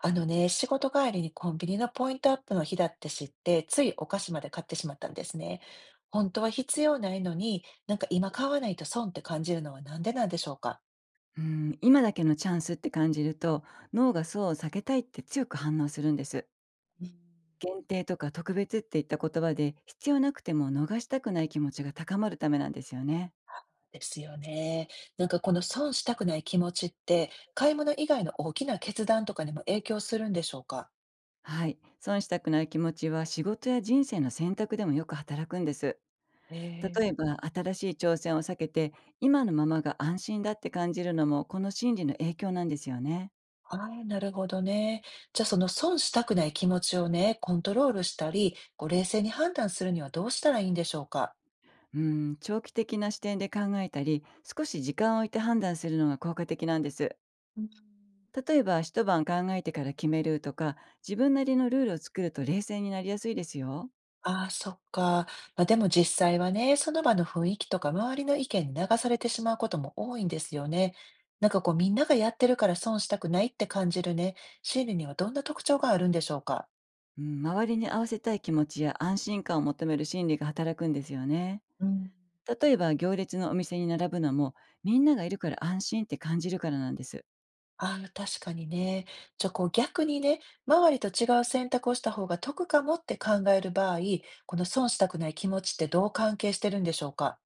仕事帰りにコンビニのポイントアップの日だって知って、ついお菓子まで買ってしまったんですね。本当は必要ないのに、なんか今買わないと損って感じるのはなんでなんでしょうか。うん、今だけのチャンスって感じると、脳がそう避けたいって強く反応するんです。うん、限定とか特別っていった言葉で、必要なくても逃したくない気持ちが高まるためなんですよね。ですよね。なんかこの損したくない気持ちって、買い物以外の大きな決断とかにも影響するんでしょうか。はい、損したくない気持ちは仕事や人生の選択でもよく働くんです。え例え、えば新しい挑戦を避けて、今のままが安心だって感じるのも、この心理の影響なんですよね。ああ、なるほどね。じゃあその損したくない気持ちをね、コントロールしたり、こう冷静に判断するにはどうしたらいいんでしょうか。うん、長期的な視点で考えたり、少し時間を置いて判断するのが効果的なんです。例えば一晩考えてから決めるとか、自分なりのルールを作ると冷静になりやすいですよ。ああ、そっか。まあ、でも実際はね、その場の雰囲気とか周りの意見に流されてしまうことも多いんですよね。なんかこうみんながやってるから損したくないって感じるね、心理にはどんな特徴があるんでしょうか？うん、周りに合わせたい気持ちや安心感を求める心理が働くんですよね。うん。例えば行列のお店に並ぶのも、みんながいるから安心って感じるからなんです。ああ、確かにね。じゃ、こう逆にね、周りと違う選択をした方が得かもって考える場合、この損したくない気持ちってどう関係してるんでしょうか？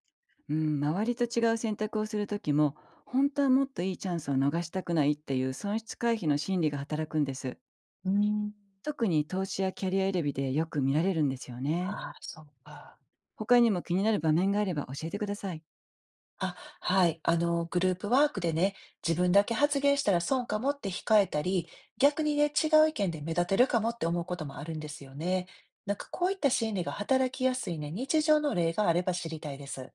うん、周りと違う選択をする時も、本当はもっといいチャンスを逃したくないっていう損失回避の心理が働くんです。うーん。特に投資やキャリア選びでよく見られるんですよね。ああ、そうか。他にも気になる場面があれば教えてください。あ、はい。あの、グループワークでね、自分だけ発言したら損かもって控えたり、逆にね、違う意見で目立てるかもって思うこともあるんですよね。なんかこういった心理が働きやすいね、日常の例があれば知りたいです。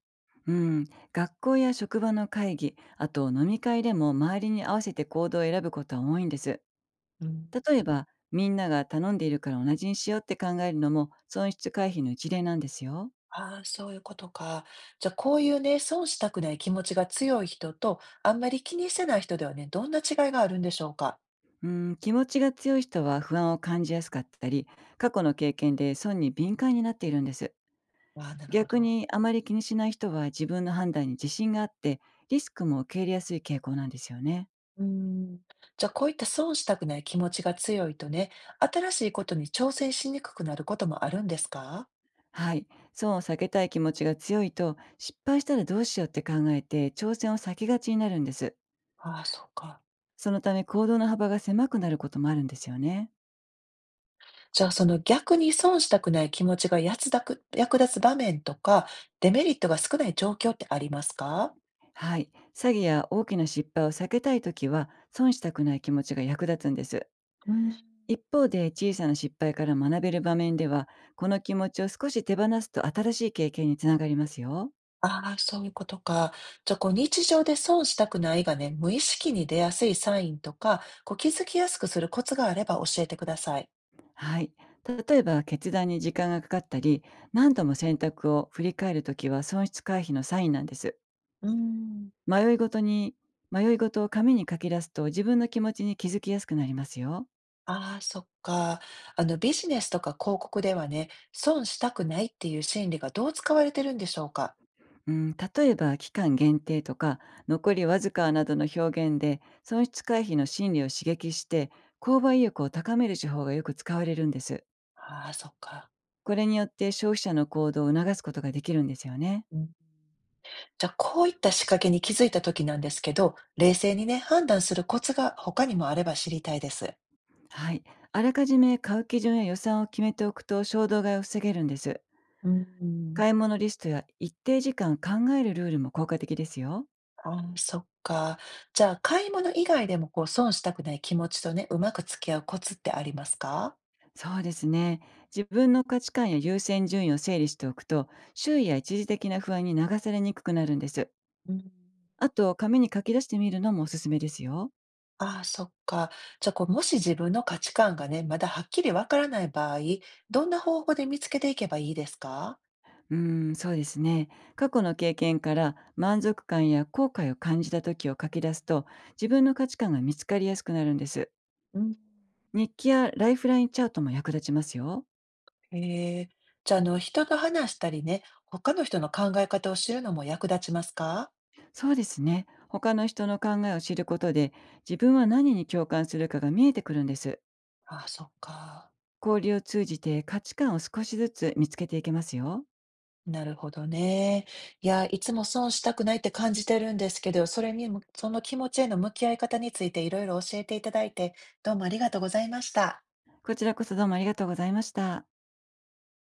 うん、学校や職場の会議、あと飲み会でも周りに合わせて行動を選ぶことは多いんです。うん、例えば、みんなが頼んでいるから同じにしようって考えるのも損失回避の一例なんですよ。ああ、そういうことか。じゃあ、こういうね、損したくない気持ちが強い人と、あんまり気にしてない人ではね、どんな違いがあるんでしょうか。うん、気持ちが強い人は不安を感じやすかったり、過去の経験で損に敏感になっているんです。ああ、なるほ逆ど。にあまり気にしない人は自分の判断に自信があって、リスクも受け入れやすい傾向なんですよね。うーん。じゃあ、こういった損したくない気持ちが強いとね、新しいことに挑戦しにくくなることもあるんですか？はい。損を避けたい気持ちが強いと、失敗したらどうしようって考えて、挑戦を避けがちになるんです。ああ、そうか。そのため行動の幅が狭くなることもあるんですよね。じゃあ、その逆に損したくない気持ちがやつだく役立つ場面とか、デメリットが少ない状況ってありますか？はい。詐欺や大きな失敗を避けたいときは、損したくない気持ちが役立つんです。うん。一方で、小さな失敗から学べる場面では、この気持ちを少し手放すと新しい経験につながりますよ。ああ、そういうことか。じゃあ、こう日常で損したくないがね、無意識に出やすいサインとか、こう気づきやすくするコツがあれば教えてください。はい。例えば、決断に時間がかかったり、何度も選択を振り返るときは損失回避のサインなんです。うーん。迷いごとに迷いごとを紙に書き出すと、自分の気持ちに気づきやすくなりますよ。ああ、そっか。あの、ビジネスとか広告ではね、損したくないっていう心理がどう使われてるんでしょうか。うん、例えば期間限定とか、残りわずかなどの表現で、損失回避の心理を刺激して、購買意欲を高める手法がよく使われるんです。ああ、そっか。これによって消費者の行動を促すことができるんですよね。うん。じゃあ、こういった仕掛けに気づいた時なんですけど、冷静にね、判断するコツが他にもあれば知りたいです。はい。あらかじめ買う基準や予算を決めておくと、衝動買いを防げるんです。うーん、買い物リストや一定時間考えるルールも効果的ですよ。ああ、そっか。じゃあ、買い物以外でもこう、損したくない気持ちとね、うまく付き合うコツってありますか。そうですね。自分の価値観や優先順位を整理しておくと、周囲や一時的な不安に流されにくくなるんです。うん。あと、紙に書き出してみるのもおすすめですよ。ああ、そっか。じゃあ、こう、もし自分の価値観がね、まだはっきりわからない場合、どんな方法で見つけていけばいいですか。そうですね。過去の経験から満足感や後悔を感じた時を書き出すと、自分の価値観が見つかりやすくなるんです。うん、日記やライフラインチャートも役立ちますよ。へえ。じゃあ、あの、人と話したりね、他の人の考え方を知るのも役立ちますか。そうですね。他の人の考えを知ることで、自分は何に共感するかが見えてくるんです。ああ、そっか。交流を通じて価値観を少しずつ見つけていけますよ。なるほどね。いや、いつも損したくないって感じてるんですけど、それにも、その気持ちへの向き合い方についていろいろ教えていただいて、どうもありがとうございました。こちらこそどうもありがとうございました。